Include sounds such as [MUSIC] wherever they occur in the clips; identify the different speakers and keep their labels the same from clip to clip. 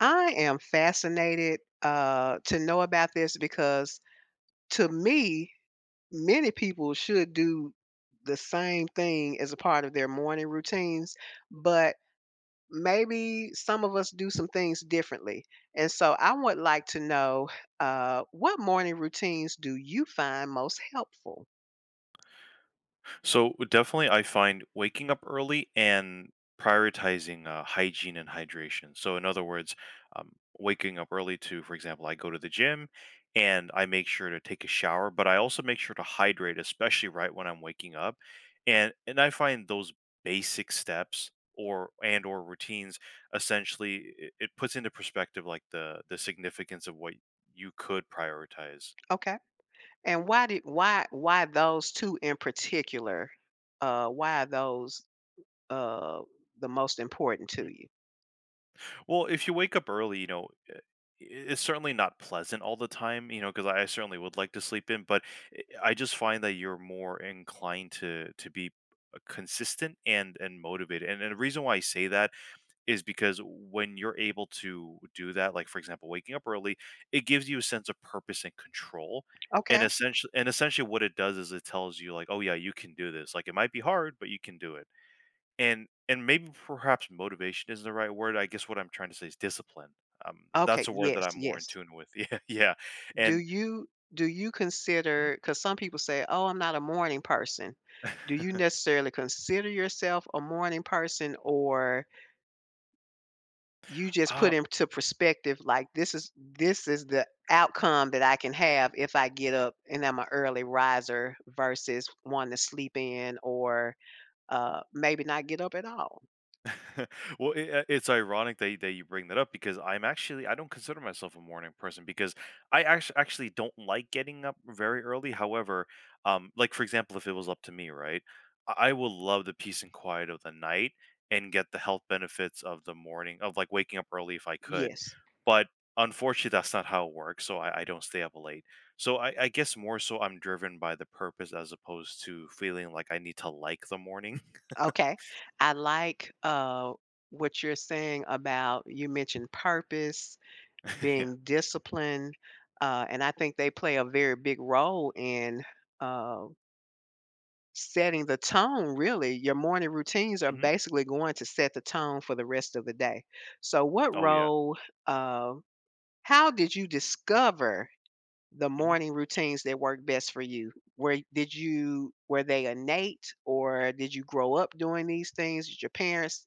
Speaker 1: I am fascinated to know about this because, to me, many people should do the same thing as a part of their morning routines, but maybe some of us do some things differently. And so I would like to know, what morning routines do you find most helpful?
Speaker 2: So definitely, I find waking up early and prioritizing hygiene and hydration. So in other words, um, waking up early to, for example, I go to the gym and I make sure to take a shower, but I also make sure to hydrate, especially right when I'm waking up. And I find those basic steps or and or routines essentially it puts into perspective like the significance of what you could prioritize.
Speaker 1: Okay. And why did why those two in particular? Why are those uh, the most important to
Speaker 2: Mhm.
Speaker 1: you?
Speaker 2: Well, if you wake up early, you know, it's certainly not pleasant all the time, you know, because I certainly would like to sleep in, but I just find that you're more inclined to be consistent and motivated. And the reason why I say that is because when you're able to do that, like for example, waking up early, it gives you a sense of purpose and control. And
Speaker 1: Okay.
Speaker 2: essentially, what it does is it tells you, like, oh yeah, you can do this. Like, it might be hard, but you can do it and maybe perhaps motivation isn't the right word. I guess what I'm trying to say is discipline. That's
Speaker 1: Okay,
Speaker 2: a word that
Speaker 1: yes,
Speaker 2: I'm more in
Speaker 1: yes.
Speaker 2: tune with. [LAUGHS] Yeah, yeah,
Speaker 1: Do
Speaker 2: and
Speaker 1: you do you consider,
Speaker 2: [LAUGHS]
Speaker 1: because some people say, "Oh, I'm not a morning person." Do you
Speaker 2: Mhm.
Speaker 1: necessarily consider yourself a morning person, or you just
Speaker 2: um,
Speaker 1: put into perspective, like this is the outcome that I can have if I get up and I'm an early riser versus one to sleep in, or maybe not get up at all?
Speaker 2: [LAUGHS] well, it's ironic that, you bring that up because I'm actually I don't consider myself a morning person because I actually don't like getting up very early. However, like for example, if it was up to me, right, I will love the peace and quiet of the night and get the health benefits of the morning of like waking up early if I could.
Speaker 1: Yes.
Speaker 2: But unfortunately, that's not how it works. So I don't stay up late. So I guess more so I'm driven by the purpose as opposed to feeling like I need to like the morning.
Speaker 1: Okay. I like what you're saying about you mentioned purpose,
Speaker 2: [LAUGHS] Yeah.
Speaker 1: being disciplined, and I think they play a very big role in uh, setting the tone, really. Your morning routines are
Speaker 2: Hmm.
Speaker 1: basically going to set the tone for the rest of the day. So, what
Speaker 2: Oh yeah.
Speaker 1: role, uh, how did you discover the
Speaker 2: Mm-hmm.
Speaker 1: morning routines that work best for you? Where did you, were they innate, or did you grow up doing these things? Did your parents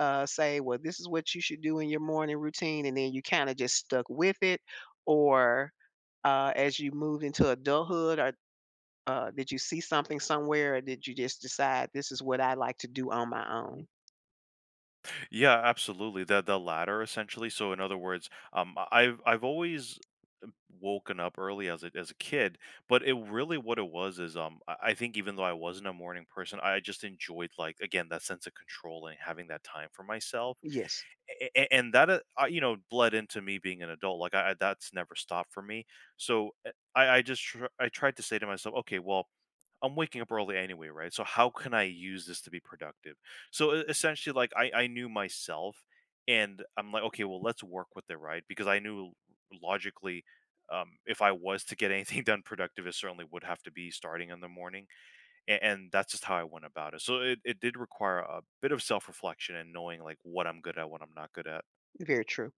Speaker 1: say, "Well, this is what you should do in your morning routine," and then you kinda just stuck with it? Or, as you moved into adulthood, or, did you see something somewhere, or did you just decide, "This is what I like to do on my
Speaker 2: Mhm.
Speaker 1: own?"
Speaker 2: Yeah, absolutely. The latter essentially. So in other words, I've always woken up early as a kid, but it really what it was is I think even though I wasn't a morning person, I just enjoyed like again that sense of control and having that time for myself.
Speaker 1: Yes,
Speaker 2: And that you know bled into me being an adult. Like that's never stopped for me. So I just I tried to say to myself, okay, well I'm waking up early anyway, right? So how can I use this to be productive? So essentially, like I knew myself, and I'm like, okay, well, let's work with it, right? Because I knew logically, if I was to get anything [LAUGHS] done productive, it certainly would have to be starting in the morning, and that's just how I went about it. So it did require a bit of self reflection and knowing like what I'm good at, what I'm not good at.
Speaker 1: very true.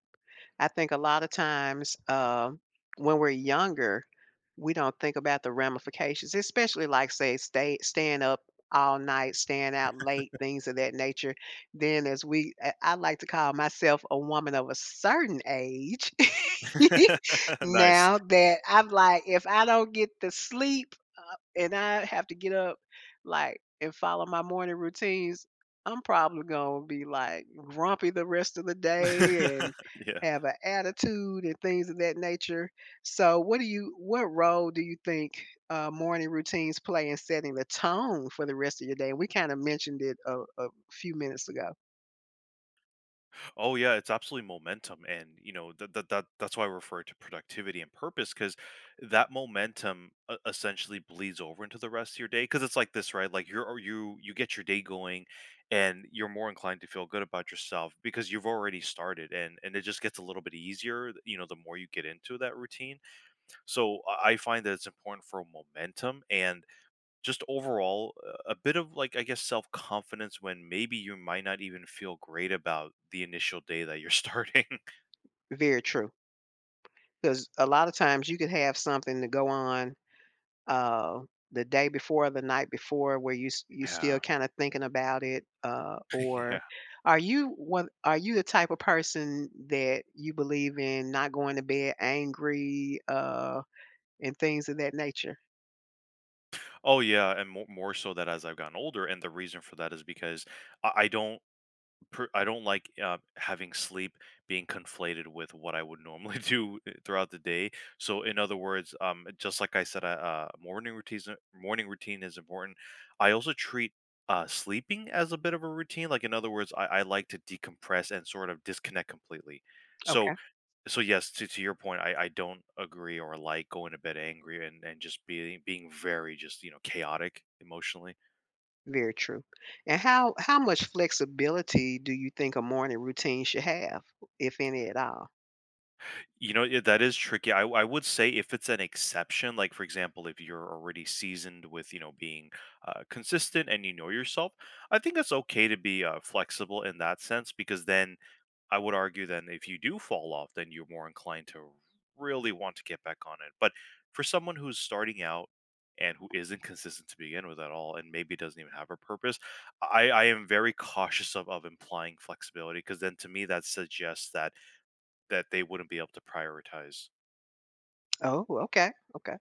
Speaker 1: I think a lot of times, when we're younger, we don't think about the ramifications, especially like say stay staying up all night, staying out late, things of that nature. Then as we I like to call myself a woman of a certain age [LAUGHS]
Speaker 2: [LAUGHS] Nice.
Speaker 1: now that I'm like, if I don't get the sleep and I have to get up, like, and follow my morning routines, I'm probably gonna be like grumpy the rest of the day
Speaker 2: [LAUGHS]
Speaker 1: and
Speaker 2: Yeah.
Speaker 1: have an attitude and things of that nature. So what role do you think morning routines play in setting the tone for the rest of your day? We kind of mentioned it a few minutes ago.
Speaker 2: Oh yeah, it's absolutely momentum, and you know that's why I refer to productivity and purpose because that momentum essentially bleeds over into the rest of your day. Because it's like this, right? Like you you get your day going, and you're more inclined to feel good about yourself because you've already started, and it just gets a little bit easier. You know, the more you get into that routine. So I find that it's important for momentum and just overall, a bit of like, I guess, self confidence when maybe you might not even feel great about the initial day that you're starting. [LAUGHS]
Speaker 1: Very true. Because a lot of times you could have something to go on uh, the day before or the night before, where you still
Speaker 2: Yeah.
Speaker 1: kind of thinking about it,
Speaker 2: [LAUGHS] Yeah.
Speaker 1: or are you the type of person that you believe in not going to bed angry and things of that nature?
Speaker 2: Oh, yeah. And more so that as I've gotten older. And the reason for that is because I don't. Per I don't like, having sleep being conflated with what I would normally [LAUGHS] do throughout the day. So in other words, just like I said, morning routine is important. I also treat, sleeping as a bit of a routine. Like in other words, I like to decompress and sort of disconnect completely. So
Speaker 1: Okay.
Speaker 2: yes, to, your point, I don't agree or like going to bed angry and, just being very just, you know, chaotic emotionally.
Speaker 1: Very true. And how much flexibility do you think a morning routine should have, if any at all?
Speaker 2: You know, yeah, that is tricky. I would say if it's an exception, like for example, if you're already seasoned with, you know, being consistent and you know yourself, I think it's okay to be flexible in that sense because then I would argue then if you do fall off, then you're more inclined to really want to get back on it. But for someone who's starting out and who isn't consistent to begin with at all and maybe doesn't even have a purpose, I am very cautious of, implying flexibility because then to me that suggests that they wouldn't be able to prioritize.
Speaker 1: Oh, okay. Okay,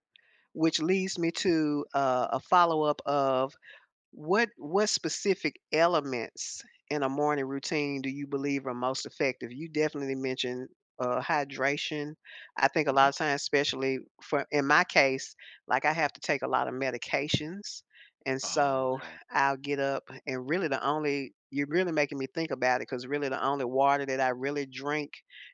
Speaker 1: which leads me to a follow-up of: what specific elements in a morning routine do you believe are most effective? You definitely mentioned hydration. I think a lot
Speaker 2: Mhm.
Speaker 1: of times, especially for in my case, like I have to take a lot of medications, and
Speaker 2: Oh,
Speaker 1: so
Speaker 2: okay.
Speaker 1: I'll get up and really the only you're really making me think about it, because really the only water that I really drink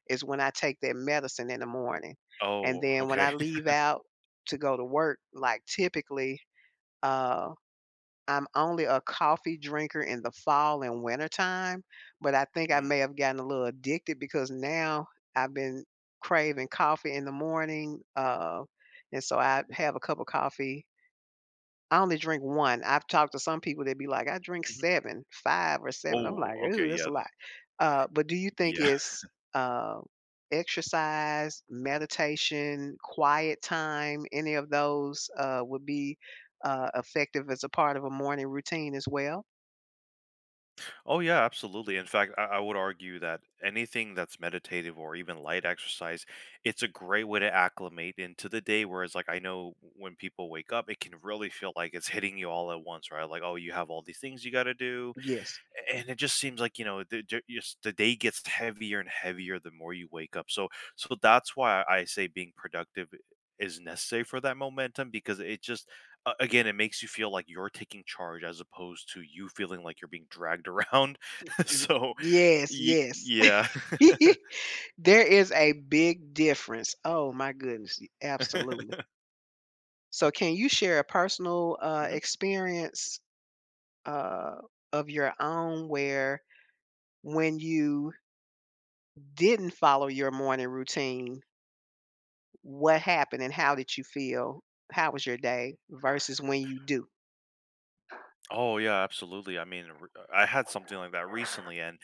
Speaker 1: is when I take that medicine in the morning, and
Speaker 2: Oh,
Speaker 1: then when
Speaker 2: okay.
Speaker 1: I
Speaker 2: [LAUGHS]
Speaker 1: leave out to go to work, like typically. Uh, I'm only a coffee drinker in the fall and winter time, but I think I
Speaker 2: Mm,
Speaker 1: may have gotten a little addicted because now I've been craving coffee in the morning, and so I have a cup of coffee. I only drink 1. I've talked to some people that be like, "I drink
Speaker 2: mhm.
Speaker 1: 7, 5 or 7." I'm
Speaker 2: Oh,
Speaker 1: like,
Speaker 2: okay,
Speaker 1: "Ooh, that's
Speaker 2: yeah,
Speaker 1: a
Speaker 2: the
Speaker 1: lot." But do you think
Speaker 2: yeah. [LAUGHS]
Speaker 1: it's, uh, exercise, meditation, quiet time, any of those, would be, effective as a part of a morning routine as well?
Speaker 2: Oh, yeah, absolutely. In fact, I would argue that anything that's meditative or even light exercise, it's a great way to acclimate into the day, whereas, like, I know when people wake up, it can really feel like it's hitting you all at once, right? Like, "Oh, you have all these things you gotta do."
Speaker 1: Yes.
Speaker 2: And it just seems like you know just the day gets heavier and heavier the more you wake up so that's why I say being productive is necessary for that momentum because it just again it makes you feel like you're taking charge as opposed to you feeling like you're being dragged around [LAUGHS] so
Speaker 1: Yes, yes.
Speaker 2: yeah.
Speaker 1: [LAUGHS] There is a big difference. Oh my goodness, absolutely.
Speaker 2: [LAUGHS]
Speaker 1: So can you share a personal, experience uh, of your own where, when you didn't follow your morning routine, what happened and how did you feel? How was your day versus when you do?
Speaker 2: Oh yeah, absolutely. I mean, I had something like that recently, and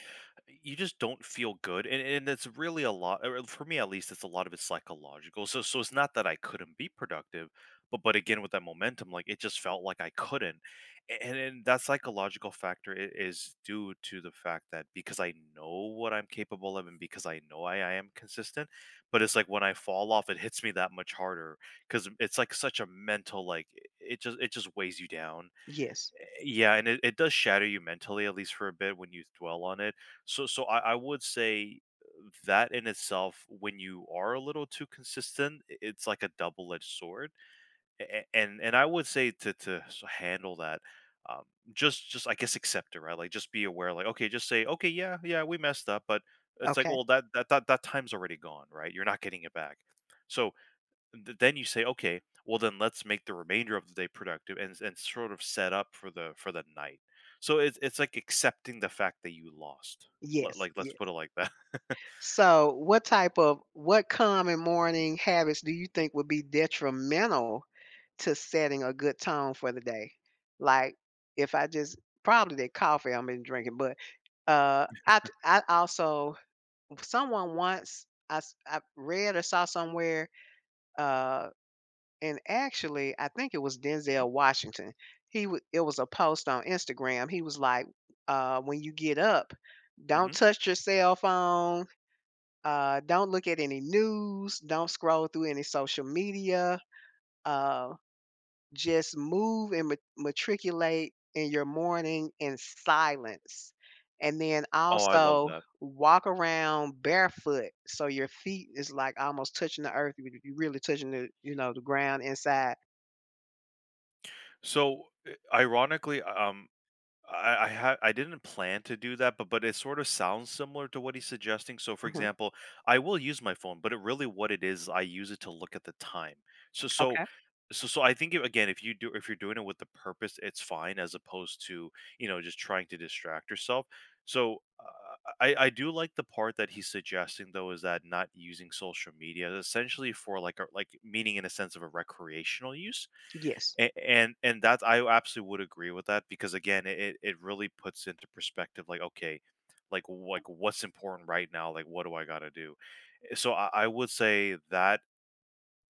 Speaker 2: you just don't feel good, and it's really a lot or for me at least. It's a lot of it's psychological. So it's not that I couldn't be productive, but again with that momentum, like it just felt like I couldn't. And that psychological factor is due to the fact that because I know what I'm capable of, and because I know I am consistent, but it's like when I fall off, it hits me that much harder because it's like such a mental like it just weighs you down.
Speaker 1: Yes.
Speaker 2: Yeah, and it does shatter you mentally, at least for a bit, when you dwell on it. So, so I would say that in itself, when you are a little too consistent, it's like a double-edged sword. And I would say to handle that, um, just I guess accept it, right? Like just be aware, like okay, just say okay, yeah, yeah, we messed up, but it's like
Speaker 1: Okay.
Speaker 2: well, that time's already gone, right? You're not getting it back. So then you say, okay, well then let's make the remainder of the day productive and sort of set up for the night. So it's like accepting the fact that you lost.
Speaker 1: Yes.
Speaker 2: Like let's
Speaker 1: Yes.
Speaker 2: put it like that. [LAUGHS]
Speaker 1: So, what type of what common morning habits do you think would be detrimental to setting a good tone for the day? Like, if I just probably the coffee I've been drinking, but I also, someone once, I read or saw somewhere, uh, and actually, I think it was
Speaker 2: Mhm,
Speaker 1: Denzel Washington. It was a post on Instagram. He was like, "When you get up,
Speaker 2: mhm.
Speaker 1: don't touch your cell phone. Don't look at any news. Don't scroll through any social media. Uh, just move and ma matriculate in your morning in silence, and then
Speaker 2: Oh, I love
Speaker 1: also
Speaker 2: that.
Speaker 1: walk around barefoot, so your feet is, like, almost touching the earth, you really touching the ground inside."
Speaker 2: So, ironically, I didn't plan to do that, but it sort of sounds similar to what he's suggesting. So, for
Speaker 1: Mhm.
Speaker 2: example, I will use my phone, but it really what it is, I use it to look at the time. So so
Speaker 1: Okay.
Speaker 2: so I think again, if you do if you're doing it with the purpose, it's fine as opposed to, you know, just trying to distract yourself. So, I do like the part that he's suggesting though is that not using social media essentially for like meaning in a sense of a recreational use
Speaker 1: Yes.
Speaker 2: and that I absolutely would agree with that because again, it really puts into perspective like okay, like what's important right now, like what do I got to do? So I would say that,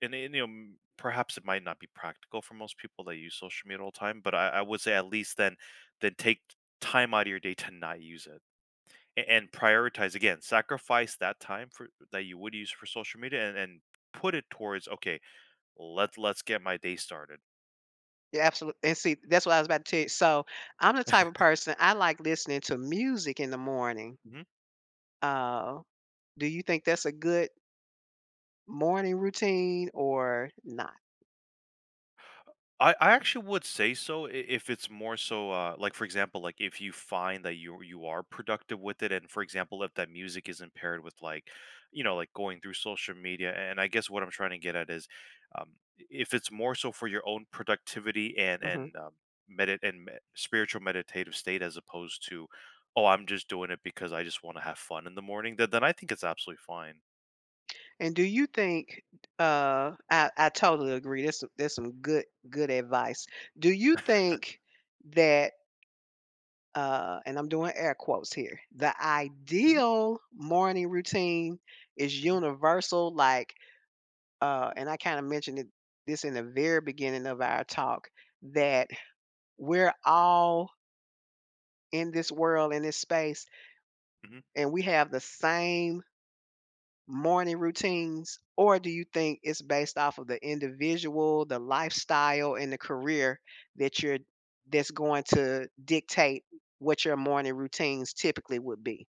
Speaker 2: and you know, perhaps it might not be practical for most people that use social media all the time, but I would say at least then take time out of your day to not use it and prioritize again, sacrifice that time for that you would use for social media and put it towards okay, let's get my day started.
Speaker 1: Yeah, absolute, and see, that's what I was about to tell you. So, I'm the type of person, I like listening to music in the morning. Uh, do you think that's a good morning routine or not?
Speaker 2: I actually would say so if it's more so like for example like if you find that you are productive with it and for example if that music isn't paired with like you know like going through social media and I guess what I'm trying to get at is um if it's more so for your own productivity and
Speaker 1: Mhm.
Speaker 2: spiritual meditative state as opposed to oh I'm just doing it because I just want to have fun in the morning then I think it's absolutely fine.
Speaker 1: And do you think, I totally agree. There's some good advice. Do you think that, and I'm doing air quotes here, the
Speaker 2: Mhm.
Speaker 1: ideal morning routine is universal, like, and I kind of mentioned it, this in the very beginning of our talk, that we're all in this world, in this space,
Speaker 2: Hmm.
Speaker 1: and we have the same morning routines? Or do you think it's based off of the individual, the lifestyle, and the career that you're that's going to dictate what your morning routines typically would be?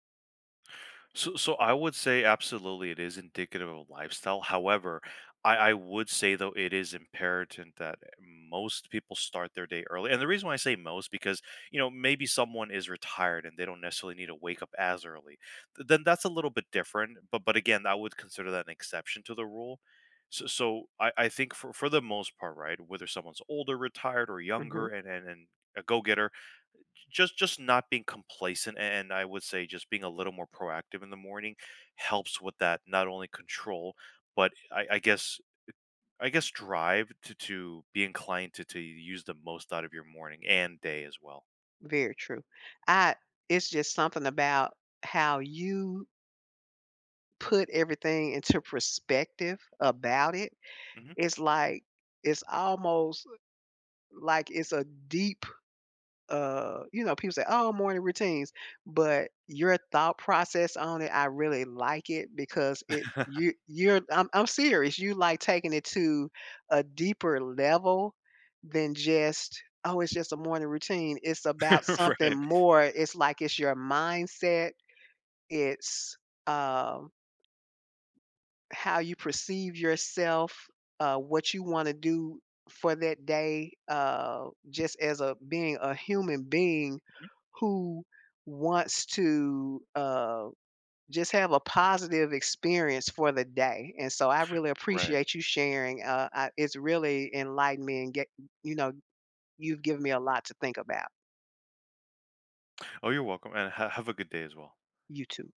Speaker 2: So, I would say absolutely it is indicative of lifestyle. However, I would say though it is imperative that most people start their day early. And the reason why I say most because you know maybe someone is retired and they don't necessarily need to wake up as early. Then that's a little bit different. But again, I would consider that an exception to the rule. So, so I think for, the most part, right, whether someone's older, retired, or younger,
Speaker 1: Mhm.
Speaker 2: and a go getter, just not being complacent and I would say just being a little more proactive in the morning helps with that not only control but I guess drive to be inclined to use the most out of your morning and day as well.
Speaker 1: Very true. I It's just something about how you put everything into perspective about it.
Speaker 2: Hmm.
Speaker 1: It's like, it's almost like it's a deep, you know, people say, "Oh, morning routines," but your thought process on it, I really like it, because it
Speaker 2: [LAUGHS]
Speaker 1: you you're I'm serious. You like taking it to a deeper level than just, oh, it's just a morning routine. It's about something
Speaker 2: Right,
Speaker 1: more. It's like, it's your mindset. It's, um how you perceive yourself, what you wanna do for that day, just as a being, a human being who wants to, just have a positive experience for the day, and so I really
Speaker 2: right.
Speaker 1: appreciate you sharing. I It's really enlightened me, and get you know, you've given me a lot to think about.
Speaker 2: Oh, you're welcome, and have a good day as well.
Speaker 1: You too.